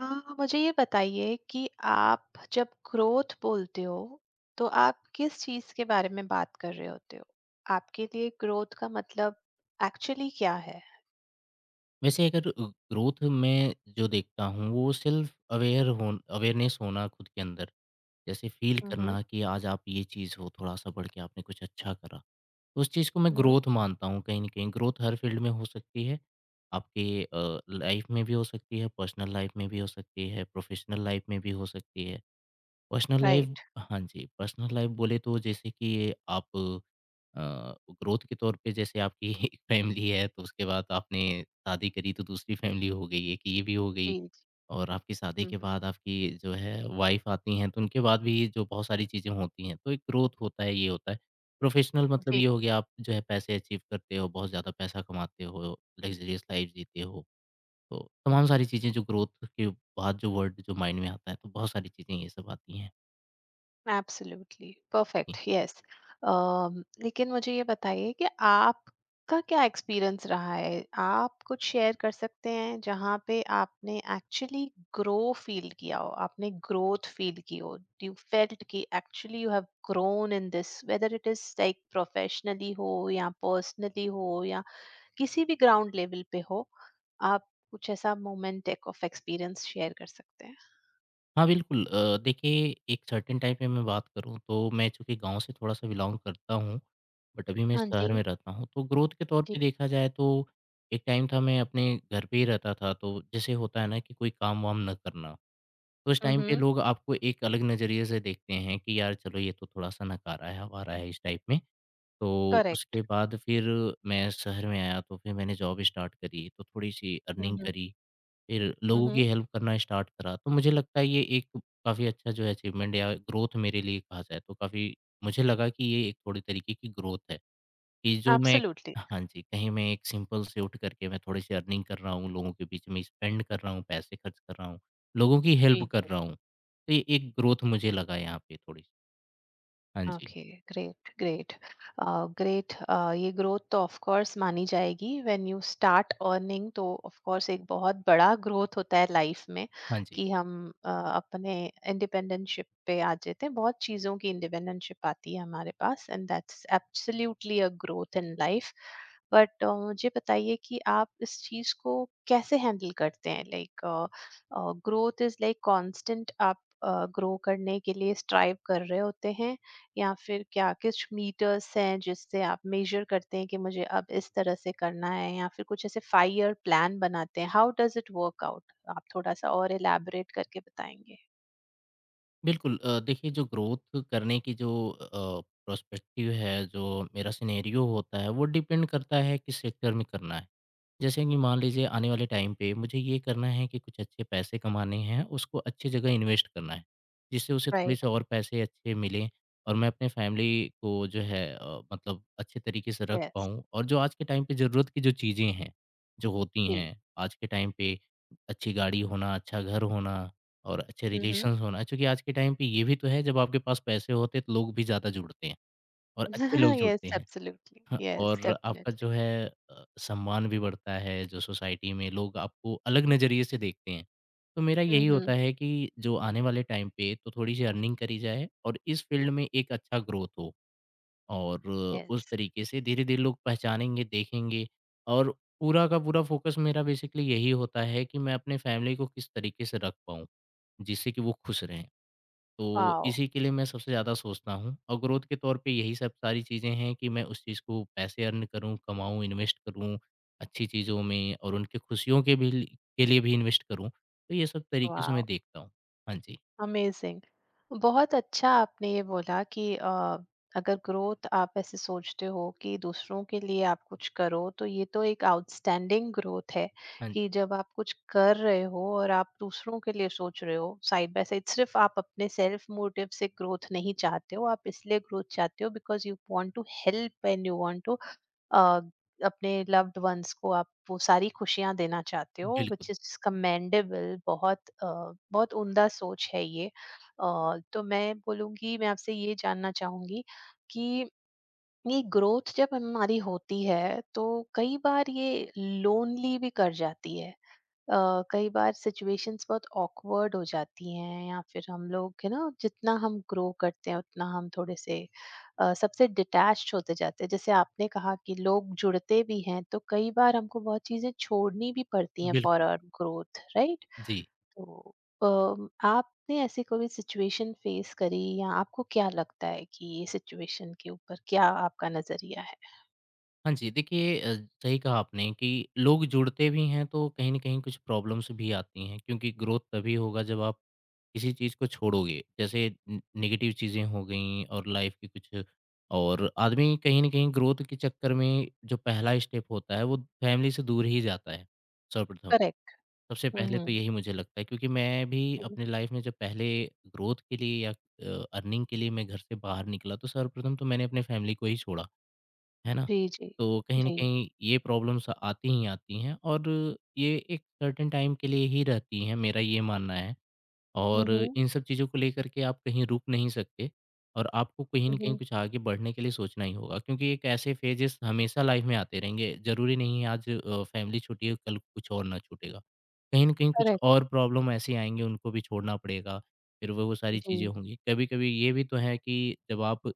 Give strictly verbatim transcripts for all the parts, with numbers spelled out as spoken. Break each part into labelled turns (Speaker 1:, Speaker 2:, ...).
Speaker 1: आ, मुझे ये बताइए कि आप जब ग्रोथ बोलते हो तो आप किस चीज के बारे में बात कर रहे होते हो। आपके लिए ग्रोथ का मतलब एक्चुअली क्या है?
Speaker 2: वैसे अगर ग्रोथ में जो देखता हूँ वो सेल्फ अवेयर हो अवेयरनेस होना खुद के अंदर जैसे फील
Speaker 1: हम्म।
Speaker 2: करना कि आज आप ये चीज़ हो थोड़ा सा बढ़ के आपने कुछ अच्छा करा। तो उस चीज़ को मैं
Speaker 1: हम्म।
Speaker 2: ग्रोथ मानता हूँ, कहीं ना कहीं ग्रोथ हर फील्ड में हो सकती है, आपके लाइफ में भी हो सकती है, पर्सनल लाइफ में भी हो सकती है, प्रोफेशनल लाइफ में भी हो सकती है। Personal life
Speaker 1: right.
Speaker 2: हाँ जी, पर्सनल लाइफ बोले तो जैसे कि ये आप अ, ग्रोथ के तौर पे जैसे आपकी एक फैमिली है, तो उसके बाद आपने शादी करी तो दूसरी फैमिली हो गई, एक ये भी हो गई।
Speaker 1: जी जी।
Speaker 2: और आपकी शादी के
Speaker 1: हम्म,
Speaker 2: बाद आपकी जो है वाइफ़ आती हैं, तो उनके बाद भी जो बहुत सारी चीज़ें होती हैं, तो एक ग्रोथ होता है, ये होता है। प्रोफ़ेशनल मतलब
Speaker 1: जी।
Speaker 2: ये हो गया, आप जो है पैसे अचीव करते हो, बहुत ज़्यादा पैसा कमाते हो, लग्ज़रियस लाइफ़ जीते हो, तो तमाम सारी चीज़ें जो ग्रोथ के बाद जो वर्ड जो माइंड में आता है, तो बहुत सारी चीज़ें ये सब आती हैं।
Speaker 1: एब्सोल्युटली
Speaker 2: जी।
Speaker 1: Perfect, yes. लेकिन मुझे ये बताइए कि आपका क्या एक्सपीरियंस रहा है। आप कुछ शेयर कर सकते हैं जहाँ पे आपने एक्चुअली ग्रो फील किया हो, आपने ग्रोथ फील की हो। यू फेल्ट कि actually you have grown in this whether it is like, professionally हो या पर्सनली हो या किसी भी ग्राउंड लेवल पे हो। आप कुछ ऐसा मोमेंट ऑफ एक्सपीरियंस शेयर कर सकते हैं?
Speaker 2: हाँ, बिल्कुल अ, देखिए एक सर्टेन टाइम पे मैं बात करूँ तो मैं चूँकि गाँव से थोड़ा-सा बिलॉन्ग करता हूँ, बट अभी मैं
Speaker 1: हाँ
Speaker 2: शहर में
Speaker 1: जी।
Speaker 2: रहता हूँ। तो ग्रोथ के तौर
Speaker 1: जी।
Speaker 2: पे देखा जाए तो एक टाइम था मैं अपने घर पे ही रहता था, तो जैसे होता है ना कि कोई काम-वाम ना करना, तो उस टाइम पे
Speaker 1: हम्म।
Speaker 2: लोग आपको एक अलग नज़रिए से देखते हैं कि यार चलो ये तो थोड़ा-सा नकारा है, आवारा है इस टाइप में। तो
Speaker 1: करेक्ट।
Speaker 2: उसके बाद फिर मैं शहर में आया तो फिर मैंने जॉब स्टार्ट करी, तो थोड़ी-सी अर्निंग करी। फिर लोगों की
Speaker 1: Mm-hmm.
Speaker 2: हेल्प करना स्टार्ट करा। तो मुझे लगता है ये एक काफ़ी अच्छा जो है अचीवमेंट या ग्रोथ मेरे लिए कहा जाए तो काफ़ी मुझे लगा कि ये एक थोड़ी तरीके की ग्रोथ है, कि जो मैं
Speaker 1: Absolutely.
Speaker 2: हाँ जी, कहीं मैं एक सिंपल से उठ करके मैं थोड़ी सी अर्निंग कर रहा हूँ, लोगों के बीच में स्पेंड कर रहा हूँ, पैसे खर्च कर रहा हूँ, लोगों की हेल्प
Speaker 1: जी।
Speaker 2: कर रहा हूँ। तो ये एक ग्रोथ मुझे लगा यहाँ पे थोड़ी। सी। हाँ जी।
Speaker 1: ओके। Great, great, great. ये ग्रोथ तो ऑफ कोर्स मानी जाएगी, व्हेन यू स्टार्ट अर्निंग तो ऑफ कोर्स एक बहुत बड़ा ग्रोथ होता है लाइफ में।
Speaker 2: हाँ जी।
Speaker 1: कि हम uh, अपने इंडिपेंडेंटशिप पे आ जाते हैं, बहुत चीज़ों की इंडिपेंडेंटशिप आती है हमारे पास। And that's absolutely a growth in life. But मुझे बताइए कि आप इस चीज़ को कैसे हैंडल करते हैं। Like growth is like constant, आप ग्रो करने के लिए स्ट्राइव कर रहे होते हैं, या फिर क्या कुछ मीटर्स हैं जिससे आप मेजर करते हैं कि मुझे अब इस तरह से करना है, या फिर कुछ ऐसे फाइव ईयर प्लान बनाते हैं? How does it work out? आप थोड़ा सा और एलैबोरेट करके बताएंगे?
Speaker 2: बिल्कुल अ, देखिए जो ग्रोथ करने की जो प्रोस्पेक्टिव है, जो मेरा सिनेरियो होता है वो डिपेंड करता है किस सेक्टर में करना है। जैसे कि मान लीजिए आने वाले टाइम पे मुझे ये करना है कि कुछ अच्छे पैसे कमाने हैं, उसको अच्छी जगह इन्वेस्ट करना है, जिससे उसे थोड़े
Speaker 1: राइट।
Speaker 2: से और पैसे अच्छे मिलें और मैं अपने फैमिली को जो है अ, मतलब अच्छे तरीके से रख
Speaker 1: यस।
Speaker 2: पाऊँ और जो आज के टाइम पे ज़रूरत की जो चीज़ें हैं, जो होती
Speaker 1: जी।
Speaker 2: हैं आज के टाइम पे, अच्छी गाड़ी होना, अच्छा घर होना और अच्छे
Speaker 1: हम्म।
Speaker 2: रिलेशंस होना, क्योंकि आज के टाइम पे ये भी तो है जब आपके पास पैसे होते हैं तो लोग भी ज़्यादा जुड़ते हैं और अच्छे लोग जुड़ते
Speaker 1: यस,
Speaker 2: हैं।
Speaker 1: एब्सोल्युटली।
Speaker 2: हाँ,
Speaker 1: यस,
Speaker 2: और आपका जो
Speaker 1: डेफिनेटली।
Speaker 2: है अ, सम्मान भी बढ़ता है, जो सोसाइटी में लोग आपको अलग नज़रिए से देखते हैं। तो मेरा यही होता
Speaker 1: हम्म।
Speaker 2: है कि जो आने वाले टाइम पे तो थोड़ी-सी अर्निंग करी जाए और इस फील्ड में एक अच्छा ग्रोथ हो और उस
Speaker 1: यस।
Speaker 2: तरीके से धीरे-धीरे लोग पहचानेंगे, देखेंगे और पूरा का पूरा फ़ोकस मेरा बेसिकली यही होता है कि मैं अपने फैमिली को किस तरीके से रख पाऊँ, जिससे कि वो खुश रहें। तो
Speaker 1: वाओ।
Speaker 2: इसी के लिए मैं सबसे ज़्यादा सोचता हूँ और ग्रोथ के तौर पे यही सब सारी चीज़ें हैं कि मैं उस चीज़ को पैसे अर्न करूँ, कमाऊँ, इन्वेस्ट करूँ अच्छी चीज़ों में और उनकी खुशियों के भी लि के लिए भी इन्वेस्ट करूँ। तो ये सब तरीके से
Speaker 1: वाओ।
Speaker 2: मैं देखता हूँ। हाँ जी,
Speaker 1: अमेजिंग। बहुत अच्छा आपने ये बोला कि अ, अगर ग्रोथ आप ऐसे सोचते हो कि दूसरों के लिए आप कुछ करो तो ये तो एक आउटस्टैंडिंग ग्रोथ है।
Speaker 2: हाँ जी।
Speaker 1: कि जब आप कुछ कर रहे हो और आप दूसरों के लिए सोच रहे हो साइड बाय साइड, सिर्फ आप अपने सेल्फ मोटिव से ग्रोथ नहीं चाहते हो, आप इसलिए ग्रोथ चाहते हो because you want to help and you want to अपने लव्ड वंस को आप वो सारी खुशियाँ देना चाहते हो,
Speaker 2: बिल्कुल,
Speaker 1: व्हिच इज़ कमेंडेबल। बहुत अ, बहुत उम्दा सोच है ये। अ, तो मैं बोलूँगी, मैं आपसे ये जानना चाहूँगी कि ये ग्रोथ जब हमारी होती है तो कई बार ये लोनली भी कर जाती है। अ, कई बार सिचुएशंस बहुत ऑकवर्ड हो जाती हैं, या फिर हम लोग है ना, जितना हम ग्रो करते हैं उतना हम थोड़े से अ, सबसे डिटैच होते जाते हैं। जैसे आपने कहा कि लोग जुड़ते भी हैं, तो कई बार हमको बहुत चीजें छोड़नी भी पड़ती हैं फॉर
Speaker 2: बिल्कुल।
Speaker 1: Our growth, right.
Speaker 2: जी।
Speaker 1: तो अम, आपने ऐसी कोई सिचुएशन फेस करी या आपको क्या लगता है कि ये सिचुएशन के ऊपर क्या आपका नजरिया है?
Speaker 2: हाँ जी, देखिए अ, सही कहा आपने कि लोग जुड़ते भी हैं तो कहीं न कहीं कुछ प्रॉब्लम्स भी आती हैं, क्योंकि ग्रोथ तभी होगा जब आप किसी चीज़ को छोड़ोगे, जैसे न नेगेटिव चीज़ें हो गईं और लाइफ़ की कुछ और आदमी कहीं न कहीं ग्रोथ के चक्कर में जो पहला स्टेप होता है, वो फैमिली से दूर ही जाता है, सर्वप्रथम।
Speaker 1: करेक्ट।
Speaker 2: सबसे पहले
Speaker 1: हम्म।
Speaker 2: तो यही मुझे लगता है, क्योंकि मैं भी
Speaker 1: हम्म।
Speaker 2: अपनी लाइफ़ में जब पहले ग्रोथ के लिए या अ, अर्निंग के लिए मैं घर से बाहर निकला, तो सर्वप्रथम तो मैंने अपने फैमिली को ही छोड़ा, है ना?
Speaker 1: जी जी।
Speaker 2: तो कहीं न
Speaker 1: जी।
Speaker 2: कहीं ये प्रॉब्लम्स आती ही आती हैं और ये एक सर्टेन टाइम के लिए ही रहती हैं, मेरा ये मानना है।
Speaker 1: हम्म।
Speaker 2: और
Speaker 1: हम्म।
Speaker 2: इन सब चीज़ों को लेकर के आप कहीं रुक नहीं सकते और आपको कहीं न कहीं
Speaker 1: हम्म।
Speaker 2: कुछ आगे बढ़ने के लिए सोचना ही होगा, क्योंकि एक ऐसे फेजेस हमेशा लाइफ में आते रहेंगे। ज़रूरी नहीं है आज अ, फैमिली छूटी है, कल कुछ और ना छूटेगा। कहीं न कहीं कुछ
Speaker 1: करेक्ट।
Speaker 2: और प्रॉब्लम ऐसी आएँगी, उनको भी छोड़ना पड़ेगा, फिर वो वो सारी चीज़ें
Speaker 1: जी।
Speaker 2: होंगी। कभी-कभी ये भी तो है कि जब आप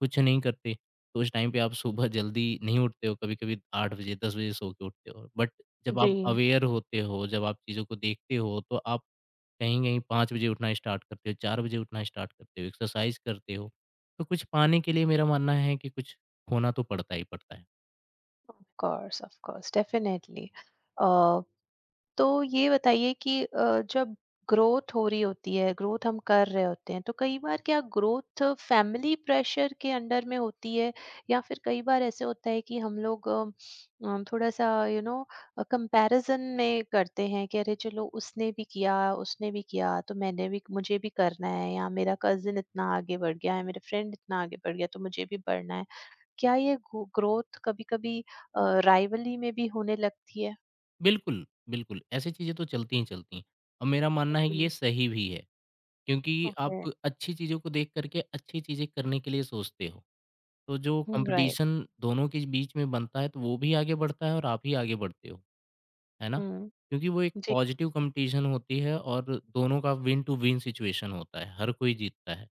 Speaker 2: कुछ नहीं करते, तो उस टाइम पे आप सुबह जल्दी नहीं उठते हो, कभी-कभी आठ बजे, दस बजे सो के उठते हो। बट जब आप
Speaker 1: जी,
Speaker 2: अवेयर होते हो, जब आप चीज़ों को देखते हो, तो आप कहीं-कहीं पाँच बजे उठना स्टार्ट करते हो, चार बजे उठना स्टार्ट करते हो, एक्सरसाइज़ करते हो। तो कुछ पाने के लिए मेरा मानना है कि कुछ खोना तो पड़ता ही पड़ता है।
Speaker 1: Of course, of course, definitely. Uh, तो ये बताइए कि अ, जब ग्रोथ हो रही होती है, ग्रोथ हम कर रहे होते हैं, तो कई बार क्या ग्रोथ फैमिली प्रेशर के अंडर में होती है? या फिर कई बार ऐसे होता है कि हम लोग अ, थोड़ा-सा यू नो अ, कंपैरिज़न में करते हैं कि अरे चलो, उसने भी किया, उसने भी किया, तो मैंने भी, मुझे भी करना है या मेरा कज़िन इतना आगे बढ़ गया है, मेरा फ्रेंड इतना आगे बढ़ गया, तो मुझे भी बढ़ना है। क्या ये गो ग्रोथ कभी-कभी अ, राइवली में भी होने लगती है?
Speaker 2: बिल्कुल, बिल्कुल, ऐसी चीज़ें तो चलती ही चलती हैं और मेरा मानना है कि ये
Speaker 1: जी,
Speaker 2: सही भी है, क्योंकि
Speaker 1: ओके।
Speaker 2: आप अच्छी चीज़ों को देख कर के अच्छी चीज़ें करने के लिए सोचते हो। तो जो
Speaker 1: हुँ, राइट।
Speaker 2: कॉम्पिटिशन दोनों के बीच में बनता है तो वो भी आगे बढ़ता है और आप ही आगे बढ़ते हो। है ना?
Speaker 1: हुँ,
Speaker 2: क्योंकि वो एक
Speaker 1: जी,
Speaker 2: पॉज़िटिव
Speaker 1: जी।
Speaker 2: कॉम्पिटिशन होती है और दोनों का विन टू विन सिचुएशन होता है, हर कोई जीतता है।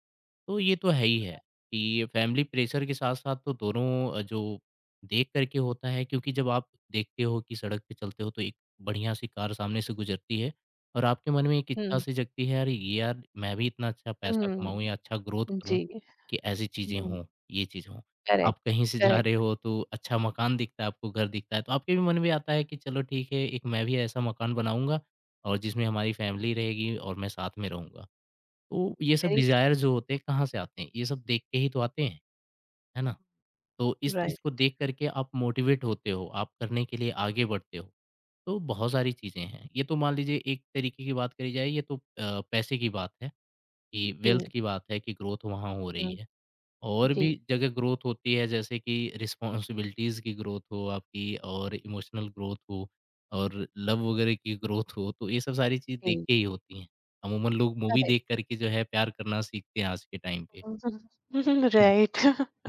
Speaker 2: तो ये तो है ही है कि ये फैमिली प्रेशर के साथ-साथ तो दोनों अ, जो देख कर के होता है, क्योंकि जब आप देखते हो कि सड़क पे चलते हो तो एक बढ़िया-सी कार सामने से गुज़रती है और आपके मन में एक इच्छा
Speaker 1: हुँ,
Speaker 2: सी जगती है, "अरे! यार मैं भी इतना अच्छा पैसा
Speaker 1: हुँ,
Speaker 2: कमाऊँ या अच्छा ग्रोथ करूँ
Speaker 1: जी।
Speaker 2: कि ऐसी चीज़ें
Speaker 1: हुँ,
Speaker 2: हों, ये चीज़ हों।" आप
Speaker 1: करेक्ट,
Speaker 2: कहीं से जा रहे
Speaker 1: करेक्ट,
Speaker 2: हो तो अच्छा मकान दिखता है आपको, घर दिखता है, तो आपके भी मन में आता है कि चलो ठीक है, एक मैं भी ऐसा मकान बनाऊँगा और जिसमें हमारी फैमिली रहेगी और मैं साथ में रहूँगा। तो ये सब
Speaker 1: वेरी
Speaker 2: डिज़ायर जो होते हैं कहाँ से आते हैं? ये सब देख के ही तो आते हैं, है ना? तो
Speaker 1: ट्रू,
Speaker 2: इस चीज़ को
Speaker 1: राइट।
Speaker 2: देख कर के आप मोटिवेट होते हो, आप करने के लिए आगे बढ़ते हो। तो बहुत सारी चीज़ें हैं। ये तो मान लीजिए एक तरीके की बात करी जाए, ये तो अ, पैसे की बात है कि वेल्थ
Speaker 1: जी,
Speaker 2: की बात है कि ग्रोथ वहाँ हो रही
Speaker 1: हुँ,
Speaker 2: है। और भी
Speaker 1: जी,
Speaker 2: जगह ग्रोथ होती है, जैसे कि रिस्पॉन्सिबिलिटीज़ की ग्रोथ हो आपकी और इमोशनल ग्रोथ हो और लव वगैरह की ग्रोथ हो, तो ये सब सारी चीज़ देख
Speaker 1: जी,
Speaker 2: के ही होती हैं। अमूमन लोग मूवी देख
Speaker 1: करेक्ट।
Speaker 2: कर के जो है प्यार करना सीखते हैं आज के टाइम पे। हुँ।
Speaker 1: राइट,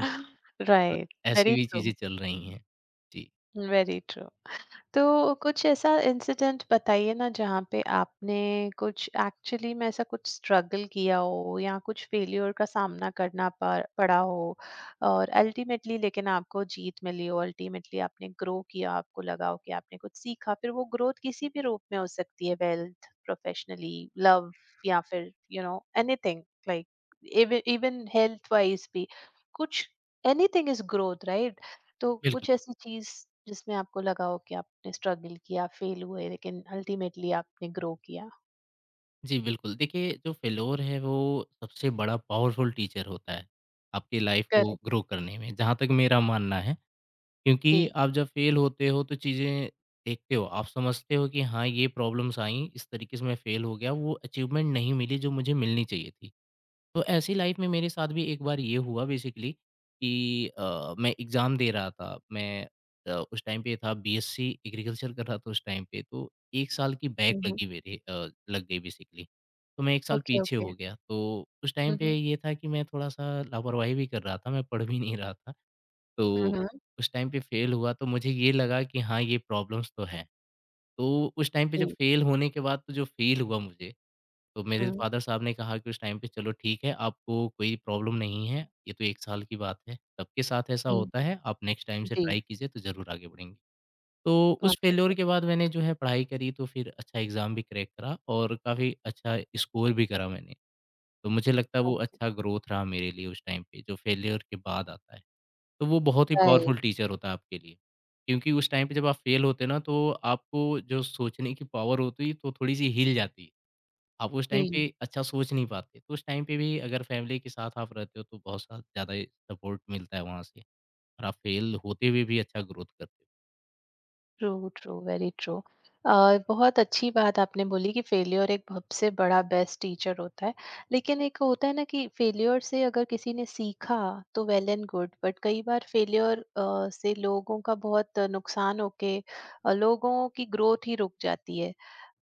Speaker 2: जी, तो
Speaker 1: राइट,
Speaker 2: ऐसी
Speaker 1: वेरी
Speaker 2: भी
Speaker 1: ट्रू,
Speaker 2: चीज़ें चल रही हैं। जी,
Speaker 1: वेरी ट्रू। तो कुछ ऐसा इंसिडेंट बताइए ना जहाँ पे आपने कुछ एक्चुअली में ऐसा कुछ स्ट्रगल किया हो या कुछ फेलियर का सामना करना पा- पड़ा हो, और अल्टीमेटली लेकिन आपको जीत मिली हो, अल्टीमेटली आपने ग्रो किया, आपको लगा हो कि आपने कुछ सीखा। फिर वो ग्रोथ किसी भी रूप में हो सकती है, वेल्थ, प्रोफेशनली, लव या फिर you know anything, like even health wise भी कुछ, एनीथिंग इज ग्रोथ, राइट। तो
Speaker 2: बिल्कुल।
Speaker 1: कुछ ऐसी चीज जिसमें आपको लगा हो कि आपने स्ट्रगल किया, फेल हुए, लेकिन अल्टीमेटली आपने ग्रो किया।
Speaker 2: जी, बिल्कुल। देखिए जो फेल्योर है वो सबसे बड़ा पावरफुल टीचर होता है, आपकी लाइफ़ को
Speaker 1: करेक्ट।
Speaker 2: ग्रो करने में, जहाँ तक मेरा मानना है। क्योंकि
Speaker 1: जी।
Speaker 2: आप जब फेल होते हो तो चीज़ें देखते हो, आप समझते हो कि हाँ, ये प्रॉब्लम्स आईं, इस तरीके से मैं फेल हो गया, वो अचीवमेंट नहीं मिली जो मुझे मिलनी चाहिए थी। तो ऐसी लाइफ में मेरे साथ भी एक बार ये हुआ बेसिकली कि अ, मैं एग्ज़ाम दे रहा था, मैं अ, उस टाइम पे था, बीएससी एग्रीकल्चर कर रहा था उस टाइम पे, तो एक साल की बैक
Speaker 1: हम्म।
Speaker 2: लगी मेरे अ, लग गई बेसिकली। तो मैं एक साल
Speaker 1: ओके
Speaker 2: पीछे
Speaker 1: ओके।
Speaker 2: हो गया, तो उस टाइम पे
Speaker 1: हम्म।
Speaker 2: ये था कि मैं थोड़ा-सा लापरवाही भी कर रहा था, मैं पढ़ भी नहीं रहा था। तो
Speaker 1: हम्म।
Speaker 2: उस टाइम पे फेल हुआ तो मुझे ये लगा कि हाँ, ये प्रॉब्लम्स तो हैं। तो उस टाइम पे जब
Speaker 1: जी।
Speaker 2: फेल होने के बाद तो जो फ़ील हुआ मुझे, तो मेरे
Speaker 1: हम्म।
Speaker 2: फादर साहब ने कहा कि उस टाइम पे चलो ठीक है, आपको कोई प्रॉब्लम नहीं है, ये तो एक साल की बात है। सबके साथ ऐसा
Speaker 1: हम्म,
Speaker 2: होता है, आप नेक्स्ट टाइम से
Speaker 1: जी।
Speaker 2: ट्राई कीजिए तो ज़रूर आगे बढ़ेंगे। तो उस फेल्योर
Speaker 1: अमेजिंग।
Speaker 2: के बाद मैंने जो है पढ़ाई करी तो फिर अच्छा एग्ज़ाम भी क्रैक करा और काफ़ी अच्छा स्कोर भी करा मैंने। तो मुझे लगता है वो अच्छा ग्रोथ रहा मेरे लिए उस टाइम पे, जो फेल्योर के बाद आता है। तो वो बहुत ही पावरफुल
Speaker 1: राइट।
Speaker 2: टीचर होता है आपके लिए। क्योंकि उस टाइम पे जब आप फेल होते ना तो आपको जो सोचने की पावर होती तो थोड़ी-सी हिल जाती। आप उस टाइम
Speaker 1: जी।
Speaker 2: पे अच्छा सोच नहीं पाते। तो उस टाइम पे भी अगर फैमिली के साथ आप रहते हो तो बहुत सा ज़्यादा ही सपोर्ट मिलता है वहाँ से और आप फेल होते हुए भी अच्छा ग्रोथ करते हो।
Speaker 1: True, true, very true. Uh, बहुत अच्छी बात आपने बोली कि फेल्योर एक सबसे बड़ा बेस्ट टीचर होता है। लेकिन एक होता है ना कि फेल्योर से अगर किसी ने सीखा तो वेल एंड गुड, बट कई बार फेल्योर अ, से लोगों का बहुत नुकसान होके, अ, लोगों की ग्रोथ ही रुक जाती है।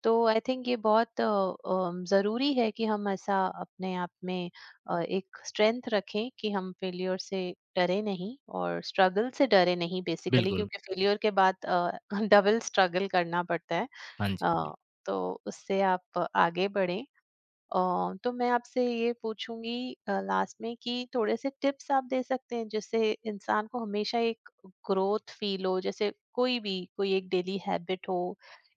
Speaker 1: तो आई थिंक ये बहुत अ, अम, ज़रूरी है कि हम ऐसा अपने आप में अ, एक स्ट्रेंथ रखें कि हम फेलियर से डरे नहीं और स्ट्रगल से डरे नहीं बेसिकली,
Speaker 2: बिल्कुल।
Speaker 1: क्योंकि फेलियर के बाद डबल स्ट्रगल करना पड़ता है।
Speaker 2: हाँ जी।
Speaker 1: अ, तो उससे आप आगे बढ़ें। अ, तो मैं आपसे ये पूछूंगी लास्ट में कि थोड़े से टिप्स आप दे सकते हैं जिससे इंसान को हमेशा एक ग्रोथ फील हो। जैसे कोई भी, कोई एक डेली हैबिट हो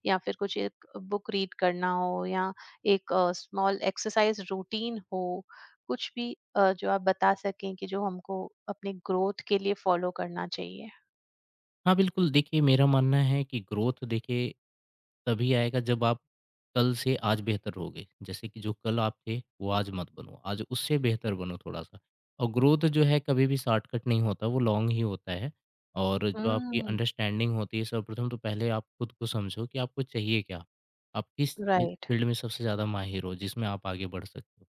Speaker 1: या फिर कुछ एक बुक रीड करना हो या एक स्मॉल एक्सरसाइज रूटीन हो, कुछ भी अ, जो आप बता सकें कि जो हमको अपने ग्रोथ के लिए फॉलो करना चाहिए।
Speaker 2: हाँ, बिल्कुल देखिए मेरा मानना है कि ग्रोथ देखिए तभी आएगा जब आप कल से आज बेहतर होगे। जैसे कि जो कल आप थे, वो आज मत बनो। आज उससे बेहतर बनो थोड़ा-सा। और ग्रोथ जो है कभी भी शॉर्टकट नहीं होता, वो लॉन्ग ही होता है। और जो आपकी
Speaker 1: हम्म।
Speaker 2: अंडरस्टैंडिंग होती है सर्वप्रथम तो पहले आप खुद को समझो कि आपको चाहिए क्या? आप किस फी
Speaker 1: राइट।
Speaker 2: फ़ील्ड में सबसे ज़्यादा माहिर हो, जिसमें आप आगे बढ़ सकते हो।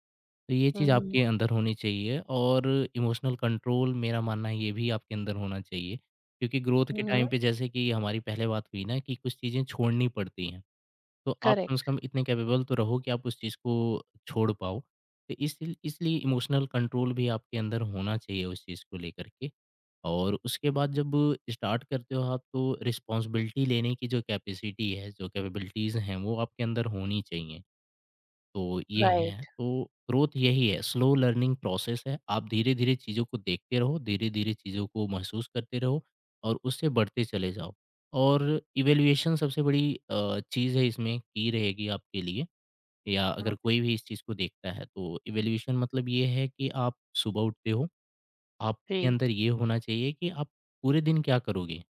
Speaker 2: तो ये चीज़
Speaker 1: हम्म।
Speaker 2: आपके अंदर होनी चाहिए और इमोशनल कंट्रोल मेरा मानना है ये भी आपके अंदर होना चाहिए। क्योंकि ग्रोथ के
Speaker 1: हम्म।
Speaker 2: टाइम पे जैसे कि हमारी पहले बात हुई ना कि कुछ चीज़ें छोड़नी पड़ती हैं। तो आप कम से
Speaker 1: करेक्ट।
Speaker 2: कम इतने कैपेबल तो रहो कि आप उस चीज़ को छोड़ पाओ। तो इसील इसलिए इमोशनल कंट्रोल भी आपके अंदर होना चाहिए उस चीज़ को लेकर के। और उसके बाद जब स्टार्ट करते हो आप तो रिस्पॉन्सिबिलिटी लेने की जो कैपेसिटी है, जो कैपेबिलिटीज़ हैं, वो आपके अंदर होनी चाहिए। तो ये है,
Speaker 1: राइट।
Speaker 2: तो ग्रोथ यही है, स्लो लर्निंग प्रोसेस है। आप धीरे-धीरे चीज़ों को देखते रहो, धीरे-धीरे चीज़ों को महसूस करते रहो और उससे बढ़ते चले जाओ। और इवैल्यूएशन सबसे बड़ी अ, चीज़ है इसमें की रहेगी आपके लिए या अगर कोई भी इस चीज़ को देखता है, तो इवैल्यूएशन मतलब ये है कि आप सुबह उठते हो, आपके
Speaker 1: जी।
Speaker 2: अंदर ये होना चाहिए कि आप पूरे दिन क्या करोगे?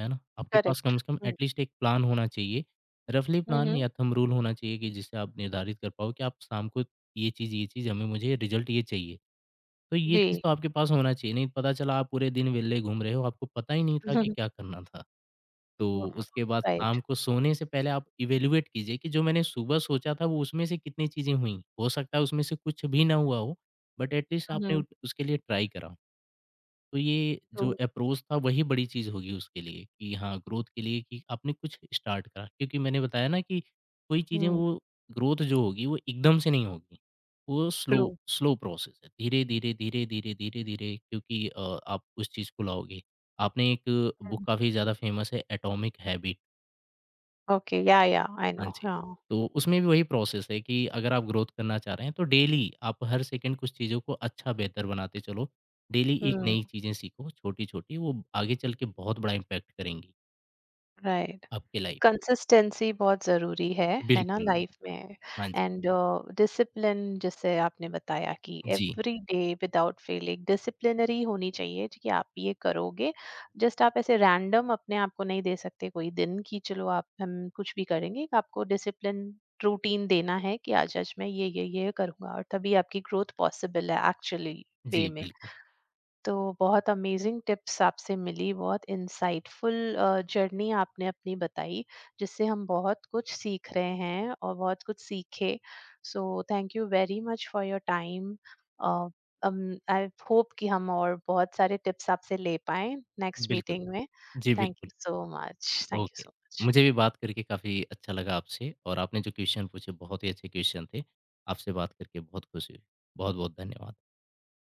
Speaker 2: है ना? आपके पास
Speaker 1: करेक्ट।
Speaker 2: कम से कम
Speaker 1: हम्म।
Speaker 2: एटलीस्ट एक प्लान होना चाहिए, रफ़ली प्लान
Speaker 1: हम्म।
Speaker 2: या थंब रूल होना चाहिए कि जिससे आप निर्धारित कर पाओ कि आप शाम को ये चीज़, ये चीज़ हमें मुझे रिज़ल्ट ये चाहिए। तो ये
Speaker 1: जी।
Speaker 2: चीज़ तो आपके पास होना चाहिए, नहीं तो पता चला आप पूरे दिन वेल्ले घूम रहे हो, आपको पता ही नहीं था कि क्या करना था। तो
Speaker 1: Wow,
Speaker 2: उसके बाद
Speaker 1: right.
Speaker 2: शाम को सोने से पहले आप इवैल्यूएट कीजिए कि जो मैंने सुबह सोचा था वो उसमें से कितनी चीज़ें हुईं। हो सकता है उसमें से कुछ भी ना हुआ हो, बट एटलीस्ट आपने
Speaker 1: Mhm.
Speaker 2: उट उसके लिए ट्राई करा हो। तो ये जो
Speaker 1: True.
Speaker 2: अप्रोच था वही बड़ी चीज़ होगी उसके लिए कि हाँ, ग्रोथ के लिए कि आपने कुछ स्टार्ट करा। क्योंकि मैंने बताया ना कि कोई चीज़ें
Speaker 1: Mm,
Speaker 2: वो ग्रोथ जो होगी वो एकदम से नहीं होगी। वो स्लो
Speaker 1: true.
Speaker 2: स्लो प्रोसेस है। धीरे-धीरे, धीरे-धीरे, धीरे-धीरे क्योंकि अ, आप उस चीज़ को लाओगे। आपने एक बुक
Speaker 1: Mm.
Speaker 2: काफ़ी ज़्यादा फ़ेमस है atomic habit.
Speaker 1: Okay, yeah, yeah, I
Speaker 2: हाँ
Speaker 1: know,
Speaker 2: जी।
Speaker 1: yeah.
Speaker 2: तो उसमें भी वही प्रोसेस है कि अगर आप ग्रोथ करना चाह रहे हैं तो डेली आप हर सेकंड कुछ चीज़ों को अच्छा बेहतर बनाते चलो। डेली एक
Speaker 1: Mm.
Speaker 2: नई चीज़ें सीखो छोटी-छोटी वो आगे चल के बहुत बड़ा इम्पैक्ट करेंगी
Speaker 1: Right.
Speaker 2: आपकी लाइफ।
Speaker 1: कंसिस्टेंसी बहुत ज़रूरी है, है ना। हुँ।
Speaker 2: बिल्कुल,
Speaker 1: लाइफ में
Speaker 2: हाँ जी।
Speaker 1: एंड डिसिप्लिन, जैसे आपने बताया कि
Speaker 2: जी,
Speaker 1: every day without failing disciplinary होनी चाहिए कि आप ये करोगे। जस्ट आप ऐसे रैंडम अपने आप को नहीं दे सकते कोई दिन कि चलो, आप हम कुछ भी करेंगे। आपको डिसिप्लिन रूटीन देना है कि आज-आज मैं ये, ये, ये करूँगा, और तभी आपकी ग्रोथ पॉसिबल है एक्चुअली वे
Speaker 2: जी
Speaker 1: में।
Speaker 2: बिल्कुल,
Speaker 1: तो बहुत अमेजिंग टिप्स आपसे मिली, बहुत इंसाइटफुल जर्नी आपने अपनी बताई, जिससे हम बहुत कुछ सीख रहे हैं और बहुत कुछ सीखे। So thank you very much for your time. I hope कि हम और बहुत सारे टिप्स आपसे ले पाएं नेक्स्ट
Speaker 2: बिल्कुल।
Speaker 1: मीटिंग में।
Speaker 2: जी
Speaker 1: थैंक
Speaker 2: बिल्कुल,
Speaker 1: you so much, thank you
Speaker 2: okay.
Speaker 1: So much.
Speaker 2: मुझे भी बात करके काफ़ी अच्छा लगा आपसे और आपने जो क्वेश्चन पूछे बहुत ही अच्छे क्वेश्चन थे। आपसे बात करके बहुत खुशी हुई। बहुत-बहुत धन्यवाद।